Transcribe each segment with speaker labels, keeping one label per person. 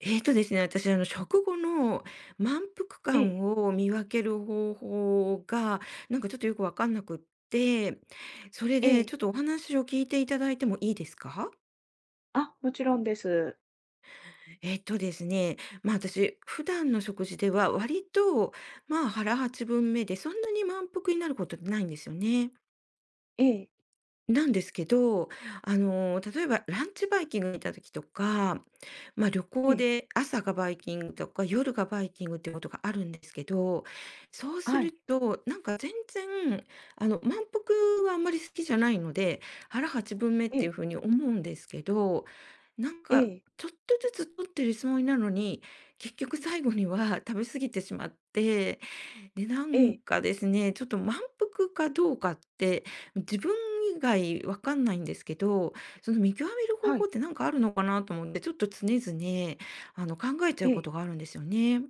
Speaker 1: えーとですね、私、食後の満腹
Speaker 2: え
Speaker 1: 感
Speaker 2: え、
Speaker 1: を見分ける方法が、なんかちょっとよくわかんなくって、それ
Speaker 2: え
Speaker 1: で
Speaker 2: え。
Speaker 1: ちょっとお話を聞いていただいてもいいですか？
Speaker 2: あ、もちろんです。
Speaker 1: えーとですね、ま、私、普段の食事では割と、まあ、腹8分目でそんなに満腹になることってないんですよね。
Speaker 2: ええ、
Speaker 1: なんですけど、例えばランチバイキングに行った時とか、まあ、旅
Speaker 2: え
Speaker 1: 行
Speaker 2: え、
Speaker 1: で朝がバイキングとか夜がバイキングってことがあるんですけど、そうす
Speaker 2: はい、
Speaker 1: ると、なんか全然、満腹はあんまり好きじゃないので、腹八分目っ
Speaker 2: え
Speaker 1: てい
Speaker 2: え、
Speaker 1: うふうに思うんですけど、なん
Speaker 2: え
Speaker 1: か
Speaker 2: え、
Speaker 1: ちょっとずつ取ってるつもりなのに、結局最後には食べ過ぎてしまって、で、な
Speaker 2: え
Speaker 1: ん
Speaker 2: え、
Speaker 1: かですね、ちょっと満腹かどうかって、自分以外わかんないんですけど、その見極める方
Speaker 2: は
Speaker 1: 法
Speaker 2: い、
Speaker 1: ってなんかあるのかなと思って、ちょっと常々、考えち
Speaker 2: え
Speaker 1: ゃうこ
Speaker 2: え。
Speaker 1: とがあるんですよね。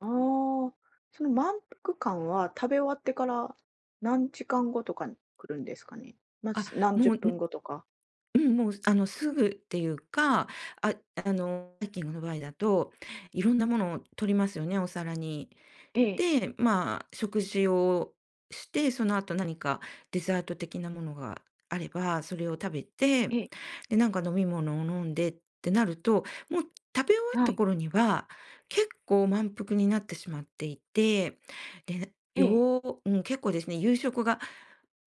Speaker 2: ああ、その満腹感は食べ終わってから何時間後とかに来るんですかね？ま、
Speaker 1: あ、
Speaker 2: ず何十
Speaker 1: もう、
Speaker 2: 分
Speaker 1: ん
Speaker 2: 後とか。
Speaker 1: うん、もう、すぐっていうか、あ、ハイキングの場合だと、いろんなものを取りますよね、お皿に。
Speaker 2: ええ、
Speaker 1: で、まあ、食事をして、その後何かデザート的なものがあれば、それを食べて、
Speaker 2: ええ、
Speaker 1: で、なんか飲み物を飲んでってなると、もう食べ終わっ
Speaker 2: は
Speaker 1: た
Speaker 2: い、
Speaker 1: 頃には、結構満腹になってしまっていて、で、
Speaker 2: ええ、
Speaker 1: よううん、結構ですね、夕食が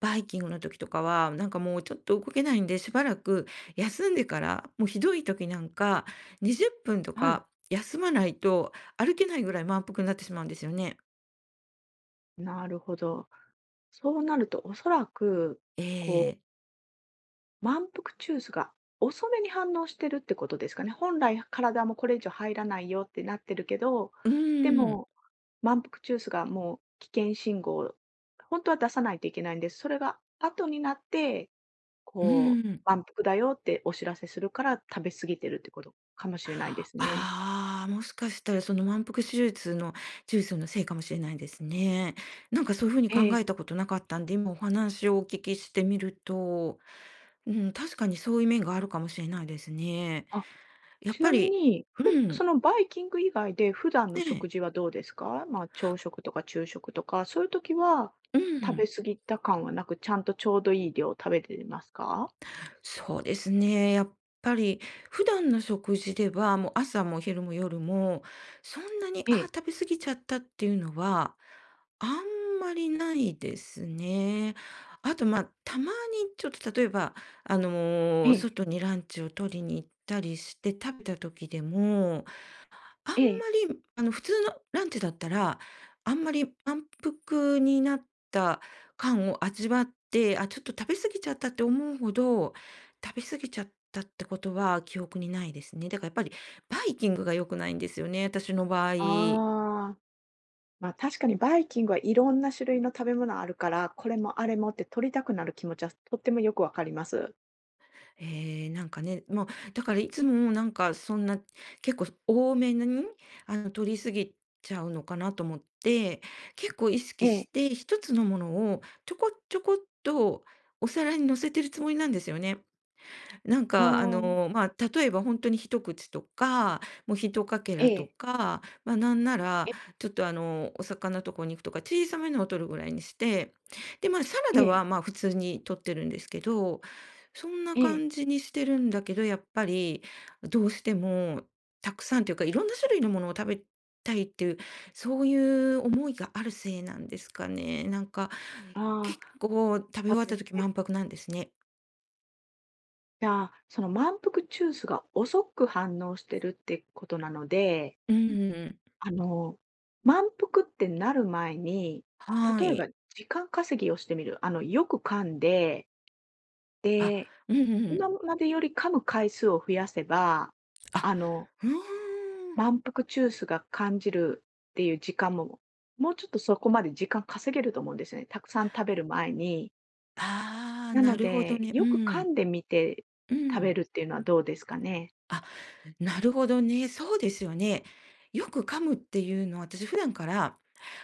Speaker 1: バイキングの時とかは、なんかもうちょっと動けないんで、しばらく休んでから、もうひどい時なんか、20分と
Speaker 2: はい。
Speaker 1: か休まないと歩けないぐらい満腹になってしまうんですよね。
Speaker 2: なるほど。そうなるとおそらく、
Speaker 1: え
Speaker 2: こう
Speaker 1: え、
Speaker 2: 満腹中枢が遅めに反応してるってことですかね。本来体もこれ以上入らないよってなってるけど、
Speaker 1: う
Speaker 2: で
Speaker 1: ーん、
Speaker 2: も、満腹中枢がもう危険信号を、当は出さないといけないんです。それが後になって、
Speaker 1: う
Speaker 2: こう、
Speaker 1: ん。
Speaker 2: 満腹だよってお知らせするから食べ過ぎてるってことかもしれないですね。
Speaker 1: ああ、もしかしたらその満腹手術のせいかもしれないですね。なんかそういう風に
Speaker 2: え
Speaker 1: 考
Speaker 2: え。
Speaker 1: えたことなかったんで、今お話をお聞きしてみると、うん、確かにそういう面があるかもしれないですね。
Speaker 2: あ
Speaker 1: やっ
Speaker 2: ちな
Speaker 1: ぱ
Speaker 2: み
Speaker 1: り
Speaker 2: に、
Speaker 1: う
Speaker 2: そ
Speaker 1: ん、
Speaker 2: のバイキング以外で普段の
Speaker 1: ね
Speaker 2: 食
Speaker 1: え、
Speaker 2: 事はどうですか？まあ、朝食とか昼食とか、そういう時は
Speaker 1: う
Speaker 2: 食べ
Speaker 1: ん。
Speaker 2: 過ぎた感はなく、ちゃんとちょうどいい量食べてますか？
Speaker 1: そうですね。やっぱり普段の食事では、もう朝も昼も夜も、そんなに、
Speaker 2: え
Speaker 1: ああ、
Speaker 2: え、
Speaker 1: 食べ過ぎちゃったっていうのは、あんまりないですね。あと、まあ、たまにちょっと例えば、
Speaker 2: ええ、
Speaker 1: 外にランチを取りに行ったりして食べた時でも、あんま
Speaker 2: ええ。
Speaker 1: り、普通のランチだったら、あんまり満腹になった感を味わって、あ、ちょっと食べ過ぎちゃったって思うほど、食べ過ぎちゃったってことは記憶にないですね。だからやっぱりバイキングが良くないんですよね、私の場合。
Speaker 2: ああ、ま、あ確かにバイキングはいろんな種類の食べ物あるから、これもあれもって取りたくなる気持ちはとってもよくわかります。
Speaker 1: ええ、なんかね、もう、だからいつもなんかそんな、結構多めに、取りすぎちゃうのかなと思って、結構意
Speaker 2: え
Speaker 1: 識し
Speaker 2: え、
Speaker 1: て、一つのものをちょこちょこっとお皿に乗せてるつもりなんですよね。なん
Speaker 2: あ
Speaker 1: か、
Speaker 2: あん、
Speaker 1: まあ、例えば本当に一口とか、もう一かけ
Speaker 2: え
Speaker 1: らと
Speaker 2: え、
Speaker 1: か、まあ、なんな
Speaker 2: え
Speaker 1: ら、
Speaker 2: え、
Speaker 1: ちょっと、お魚とこ肉とか小さめのを取るぐらいにして、で、まあ、サラ
Speaker 2: え
Speaker 1: ダ
Speaker 2: え、
Speaker 1: は、まあ、普通に取ってるんですけど、そんな
Speaker 2: ええ、
Speaker 1: 感じにしてるんだけど、やっぱりどうしてもたくさんというか、いろんな種類のものを食べたいっていう、そういう思いがあるせいなんですかね。なんか、
Speaker 2: あ
Speaker 1: 結
Speaker 2: あ、
Speaker 1: 構食べ終
Speaker 2: そ
Speaker 1: わ
Speaker 2: う
Speaker 1: っ
Speaker 2: で
Speaker 1: た
Speaker 2: す
Speaker 1: 時
Speaker 2: ね。
Speaker 1: 満腹なんですね。
Speaker 2: じゃあ、その満腹中枢が遅く反応してるってことなので、
Speaker 1: うん。
Speaker 2: あの、満腹ってなる前に、
Speaker 1: は
Speaker 2: 例えば
Speaker 1: い。
Speaker 2: 時間稼ぎをしてみる。あの、よく噛んで、
Speaker 1: あ、
Speaker 2: で、
Speaker 1: うんうんうん。
Speaker 2: 今までより噛む回数を増やせば、
Speaker 1: あ、
Speaker 2: あの、
Speaker 1: うーん。
Speaker 2: 満腹中枢が感じるっていう時間も、もうちょっとそこまで時間稼げると思うんですよね。たくさん食べる前に。
Speaker 1: ああ、
Speaker 2: な
Speaker 1: な
Speaker 2: の
Speaker 1: るほど
Speaker 2: で、
Speaker 1: ね。う
Speaker 2: よく噛
Speaker 1: ん。
Speaker 2: んでみて
Speaker 1: う
Speaker 2: 食べ
Speaker 1: ん。
Speaker 2: るっていうのはどうですかね。
Speaker 1: あ、なるほどね。そうですよね。よく噛むっていうのは、私普段から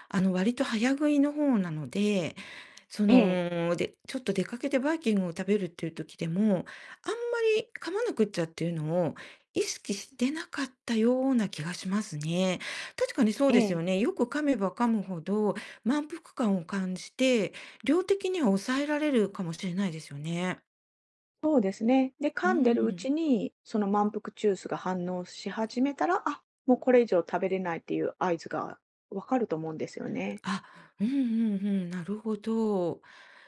Speaker 1: 割と早食いの方なので、そ
Speaker 2: ええ、
Speaker 1: の、で、ちょっと出かけてバイキングを食べるっていう時でも、あんまり噛まなくっちゃっていうのを意識してなかったような気がしますね。確かにそう
Speaker 2: え
Speaker 1: ですよ
Speaker 2: え。
Speaker 1: ね。よく噛めば噛むほど満腹感を感じて、量的には抑えられるかもしれないですよね。
Speaker 2: そうですね。で、
Speaker 1: う
Speaker 2: 噛んでるう
Speaker 1: ん。
Speaker 2: ちに、その満腹中枢が反応し始めたら、あ、もうこれ以上食べれないっていう合図がわかると思うんですよね。
Speaker 1: あ、うんうんうん、なるほど。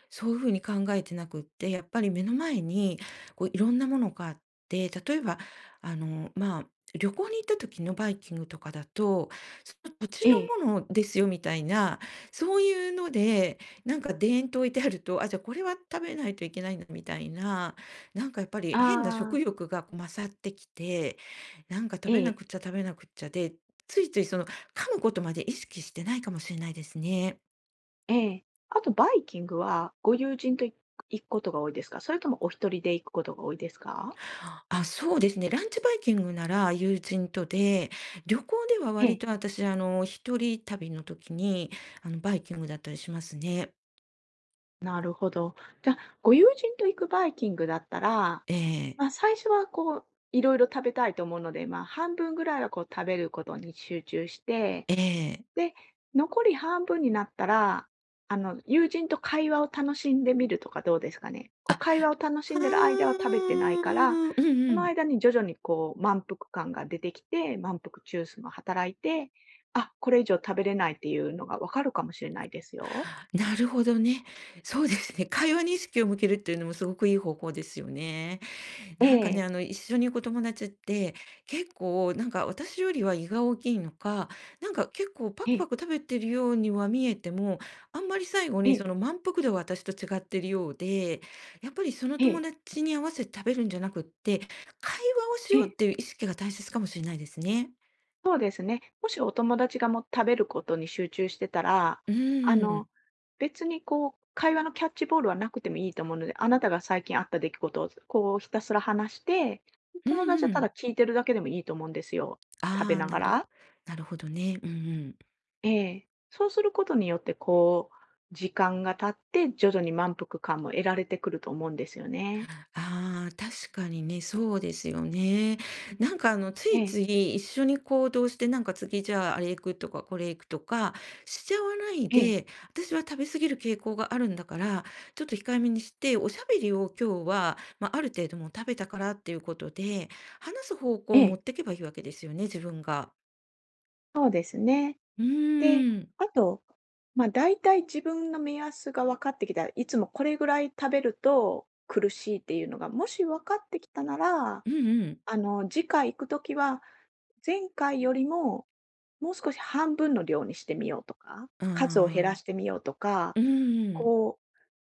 Speaker 1: そういう風に考えてなくって、やっぱり目の前にこういろんなものがあって、例えば、まあ、旅行に行った時のバイキングとかだと、その土地
Speaker 2: ええ。
Speaker 1: のものですよみたいな、そういうので、なんかデーンと置いてあると、あ、じゃあこれは食べないといけないんだみたいな、なんかやっぱり
Speaker 2: あ
Speaker 1: 変な食
Speaker 2: あ、
Speaker 1: 欲がこう勝ってきて、なんか食
Speaker 2: え
Speaker 1: べな
Speaker 2: え、
Speaker 1: くっちゃ食べなくっちゃで、ついついその噛むことまで意識してないかもしれないですね。
Speaker 2: ええ。あとバイキングは、ご友人と行くことが多いですか？それともお一人で行くことが多いですか？
Speaker 1: あ、そうですね。ランチバイキングなら友人とで、旅行では
Speaker 2: え
Speaker 1: 割
Speaker 2: え。
Speaker 1: と私、一人旅の時に、バイキングだったりしますね。
Speaker 2: なるほど。じゃあ、ご友人と行くバイキングだったら、
Speaker 1: ええ、
Speaker 2: まあ、最初はこう、いろいろ食べたいと思うので、まあ、半分ぐらいはこう食べることに集中して、
Speaker 1: ええ。
Speaker 2: で、残り半分になったら、あの、友人と会話を楽しんでみるとかどうですかね。こう、
Speaker 1: あ、
Speaker 2: 会話を楽し
Speaker 1: あ
Speaker 2: んでる間は
Speaker 1: あ
Speaker 2: 食べて
Speaker 1: う
Speaker 2: ないから、
Speaker 1: ん
Speaker 2: そ
Speaker 1: う
Speaker 2: の
Speaker 1: ん。
Speaker 2: 間に徐々にこう、満腹感が出てきて、満腹中枢も働いて、あ、これ以上食べれないっていうのがわかるかもしれないですよ。
Speaker 1: なるほどね。そうですね。会話に意識を向けるっていうのもすごくいい方法ですよね。
Speaker 2: え
Speaker 1: なんかね、
Speaker 2: え、
Speaker 1: 一緒に行く友達って、結構、なんか私よりは胃が大きいのか、なんか結構パ
Speaker 2: え
Speaker 1: クパ
Speaker 2: え、
Speaker 1: ク食べてるようには見えても、あんまり最後
Speaker 2: え
Speaker 1: に
Speaker 2: え、
Speaker 1: その満腹度は私と違ってるようで、やっぱりその
Speaker 2: え
Speaker 1: 友
Speaker 2: え、
Speaker 1: 達に合わせて食べるんじゃなくって、会話をし
Speaker 2: え
Speaker 1: ようって
Speaker 2: え。
Speaker 1: いう意識が大切かもしれないですね。
Speaker 2: そうですね。もしお友達がもう食べることに集中してたら、
Speaker 1: う
Speaker 2: あ
Speaker 1: ー
Speaker 2: の、
Speaker 1: ん。
Speaker 2: 別にこう、会話のキャッチボールはなくてもいいと思うので、あなたが最近あった出来事をこうひたすら話して、
Speaker 1: う
Speaker 2: 友達
Speaker 1: ん
Speaker 2: は
Speaker 1: う
Speaker 2: ただ
Speaker 1: ん。
Speaker 2: 聞いてるだけでもいいと思うんですよ。食べ
Speaker 1: ああ、
Speaker 2: ながら。
Speaker 1: なるほどね。うんうん。
Speaker 2: ええ。そうすることによって、こう、時間が経って徐々に満腹感も得られてくると思うんですよね。
Speaker 1: ああ、確かにね、そうですよね。なんかあの、つ
Speaker 2: え
Speaker 1: いつ
Speaker 2: え、
Speaker 1: い一緒に行動して、なんか次じゃああれ行くとかこれ行くとかしちゃわない
Speaker 2: ええ、
Speaker 1: で、私は食べ過ぎる傾向があるんだから、ちょっと控えめにして、おしゃべりを今日は、まあ、ある程度もう食べたからっていうことで、話す方向
Speaker 2: え
Speaker 1: を持
Speaker 2: え、
Speaker 1: っていけばいいわけですよね、自分が。
Speaker 2: そうですね。
Speaker 1: う
Speaker 2: で、
Speaker 1: ーん。
Speaker 2: あと、まあ、大体自分の目安が分かってきた、いつもこれぐらい食べると苦しいっていうのが、もし分かってきたなら、
Speaker 1: うんうん。
Speaker 2: あの、次回行くときは、前回よりも、もう少し半分の量にしてみようとか、
Speaker 1: あ
Speaker 2: 数を減ら
Speaker 1: あ。
Speaker 2: してみようとか、
Speaker 1: うーん。
Speaker 2: こ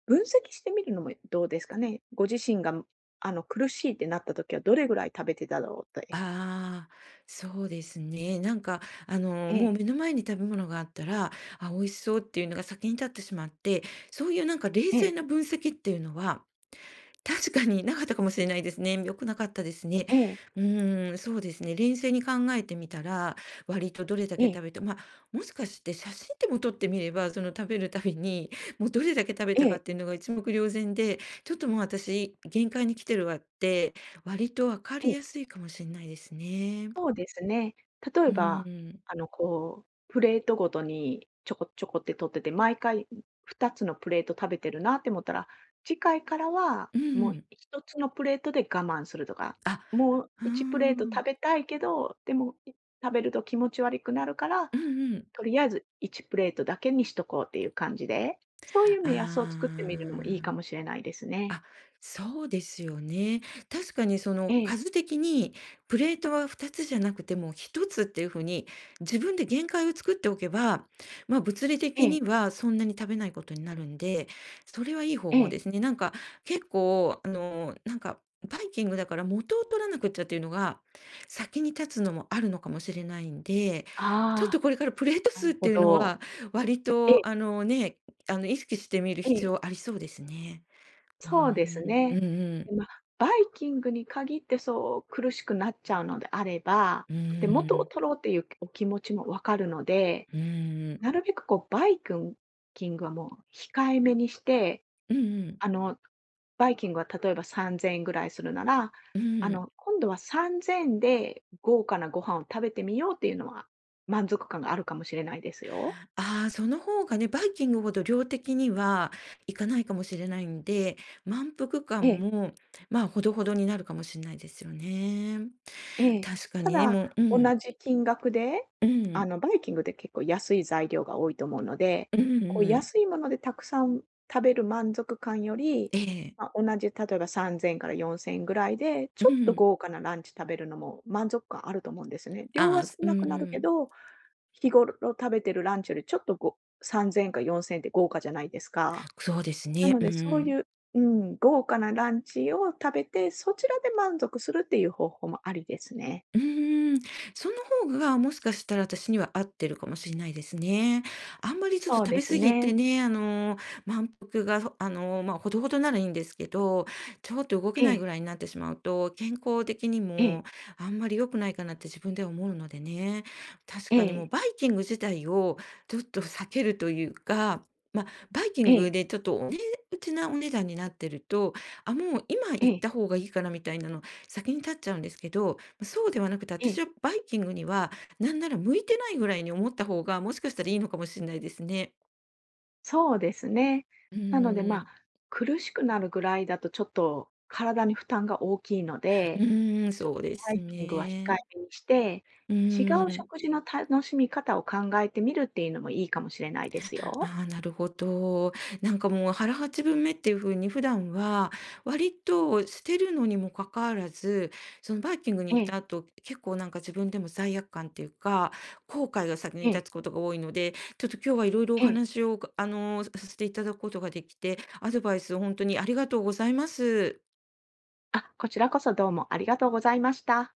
Speaker 2: う、分析してみるのもどうですかね。ご自身が、あの、苦しいってなったときはどれぐらい食べてただろうって。
Speaker 1: ああ、そうですね。なんか、もう目の前に食べ物があったら、あ、美味しそうっていうのが先に立ってしまって、そういうなんか冷
Speaker 2: え
Speaker 1: 静
Speaker 2: え、
Speaker 1: な分析っていうのは、確かになかったかもしれないですね。良くなかったですね。
Speaker 2: ええ、
Speaker 1: うーん、そうですね。冷静に考えてみたら、割とどれだ
Speaker 2: ええ、
Speaker 1: け
Speaker 2: え
Speaker 1: 食
Speaker 2: え、
Speaker 1: べて、まあ、もしかして写真でも撮ってみれば、その食べるたびに、もうどれだけ食べ
Speaker 2: ええ、
Speaker 1: た
Speaker 2: え
Speaker 1: かっ
Speaker 2: え。
Speaker 1: ていうのが一目瞭然で、ちょっともう私、限界に来てるわって、割とわかりやすいかもしれないですね。
Speaker 2: そうですね。例
Speaker 1: う
Speaker 2: えば、
Speaker 1: ーん。
Speaker 2: あの、こう、プレートごとにちょこちょこって取ってて、毎回2つのプレート食べてるなって思ったら、次回からは
Speaker 1: うん
Speaker 2: も
Speaker 1: う
Speaker 2: う
Speaker 1: ん。
Speaker 2: 1つのプレートで我慢するとか、
Speaker 1: あ、
Speaker 2: もう
Speaker 1: うー
Speaker 2: 1プレート
Speaker 1: ん。
Speaker 2: 食べたいけど、でも、食べると気持ち悪くなるから、
Speaker 1: うんうん。
Speaker 2: とりあえず1プレートだけにしとこうっていう感じで、そういう目
Speaker 1: あ
Speaker 2: 安を作ってみるのもいいかも
Speaker 1: あ。
Speaker 2: しれないですね。
Speaker 1: あ、そうですよね。確かにそ
Speaker 2: え
Speaker 1: の
Speaker 2: え、
Speaker 1: 数的にプレートは2つじゃなくても1つっていう風に自分で限界を作っておけば、ま、物理
Speaker 2: え
Speaker 1: 的
Speaker 2: え、
Speaker 1: にはそんなに食べないことになるんで、それはいい方
Speaker 2: え
Speaker 1: 法で
Speaker 2: え。
Speaker 1: すね。結構あの、なんかバイキングだから元を取らなくっちゃっていうのが、先に立つのもあるのかもしれないんで、ちょっと
Speaker 2: あ
Speaker 1: これからプレート
Speaker 2: あ、な
Speaker 1: 数
Speaker 2: る
Speaker 1: って
Speaker 2: ほ
Speaker 1: いうの
Speaker 2: ど。
Speaker 1: は割
Speaker 2: ええ、
Speaker 1: とあのね、あの意識してみる
Speaker 2: え
Speaker 1: 必
Speaker 2: え。
Speaker 1: 要ありそうですね。うー
Speaker 2: そうです
Speaker 1: ん、う
Speaker 2: ね。
Speaker 1: んう
Speaker 2: で、
Speaker 1: ん、
Speaker 2: まあ、バイキングに限ってそう苦しくなっちゃうのであれば、
Speaker 1: う
Speaker 2: で、
Speaker 1: ー
Speaker 2: 元を
Speaker 1: ん、
Speaker 2: 取ろうっていうお気持ちもわかるので、
Speaker 1: うーん、
Speaker 2: なるべくこうバイキングはもう控えめにして、
Speaker 1: うんうん、
Speaker 2: あの、バイキングは例えば3000円ぐらいするなら、
Speaker 1: う
Speaker 2: あ
Speaker 1: ん。
Speaker 2: の、今度は3000円で豪華なご飯を食べてみようっていうのは、満足感があるかもしれないですよ。
Speaker 1: ああ、その方がね、バイキングほど量的にはいかないかもしれないんで、満腹
Speaker 2: え
Speaker 1: 感
Speaker 2: え。
Speaker 1: も、まあ、ほどほどになるかもしれないですよね。
Speaker 2: ええ。
Speaker 1: 確か
Speaker 2: た
Speaker 1: にね、
Speaker 2: だ、
Speaker 1: もう、う
Speaker 2: 同
Speaker 1: ん、
Speaker 2: じ金額で、
Speaker 1: う
Speaker 2: あ
Speaker 1: ん、
Speaker 2: の、バイキングって結構安い材料が多いと思うので、
Speaker 1: うんう
Speaker 2: こ
Speaker 1: ん
Speaker 2: う
Speaker 1: うん、
Speaker 2: 安いものでたくさん食べる満足感より、
Speaker 1: ええ、
Speaker 2: まあ、同じ例えば3000から4000ぐらいで、
Speaker 1: う
Speaker 2: ち
Speaker 1: ん
Speaker 2: ょ
Speaker 1: んえ
Speaker 2: っ
Speaker 1: えう
Speaker 2: と
Speaker 1: ん
Speaker 2: 豪華なランチ食べるのも満足感あると思うんですね。量
Speaker 1: あ
Speaker 2: は
Speaker 1: あ、
Speaker 2: 少
Speaker 1: すう
Speaker 2: なくなる
Speaker 1: ー
Speaker 2: け
Speaker 1: ん、
Speaker 2: ど、日頃食べてるランチよりちょっと3000か4000って豪華じゃないですか。
Speaker 1: そうです
Speaker 2: な
Speaker 1: ね、
Speaker 2: の
Speaker 1: う
Speaker 2: でそうい
Speaker 1: ん。
Speaker 2: う豪華なランチを食べて、そちらで満足するっていう方法もありですね。
Speaker 1: うーん、その方がもしかしたら私には合ってるかもしれないですね。あんまりちょっと
Speaker 2: そう
Speaker 1: 食
Speaker 2: で
Speaker 1: べ
Speaker 2: す
Speaker 1: 過ぎて
Speaker 2: ね。
Speaker 1: ね、満腹がほまあ、ほどほどならいいんですけど、ちょっと動け
Speaker 2: え
Speaker 1: ない
Speaker 2: え、
Speaker 1: ぐらいになってしまうと、健康的に
Speaker 2: ええ、
Speaker 1: もあんまり良くないかなって自分では思うのでね。確
Speaker 2: え
Speaker 1: かにもう
Speaker 2: え、
Speaker 1: バイキング自体をちょっと避けるというか、まあ、バイキ
Speaker 2: え
Speaker 1: ング
Speaker 2: え、
Speaker 1: でちょっとお値打ちなお値段になってると、あ、もう今
Speaker 2: え
Speaker 1: 行っ
Speaker 2: え、
Speaker 1: た方がいいかなみたいなの先に立っちゃうんですけど、そうではなくて、
Speaker 2: え
Speaker 1: 私
Speaker 2: え、
Speaker 1: はバイキングには、なんなら向いてないぐらいに思った方が、もしかしたらいいのかもしれないですね。
Speaker 2: そうですね。
Speaker 1: う
Speaker 2: なので、ま
Speaker 1: ー
Speaker 2: あ、
Speaker 1: ん、
Speaker 2: 苦しくなるぐらいだとちょっと体に負担が大きいの
Speaker 1: う
Speaker 2: で、
Speaker 1: ーん、
Speaker 2: ちょっ
Speaker 1: そ
Speaker 2: と
Speaker 1: うで
Speaker 2: ハ
Speaker 1: す
Speaker 2: イキングは控え
Speaker 1: ね。
Speaker 2: めにして、
Speaker 1: う
Speaker 2: 違
Speaker 1: ー
Speaker 2: う
Speaker 1: ん。
Speaker 2: 食事の楽しみ方を考えてみるっていうのもいいかもしれないですよ。
Speaker 1: ああ、なるほど。なんかもう腹八分目っていう風に普段は割としてるのにもかかわらず、そのバイキングに
Speaker 2: え
Speaker 1: 行っ
Speaker 2: え、
Speaker 1: た後、結構なんか自分でも罪悪感っていうか、後悔が先に
Speaker 2: え
Speaker 1: 立
Speaker 2: え、
Speaker 1: つことが多いので、ちょっと今日はいろいろお
Speaker 2: ええ。
Speaker 1: 話を、させていただくことができて、アドバイスを本当にありがとうございます。
Speaker 2: あ、こちらこそどうもありがとうございました。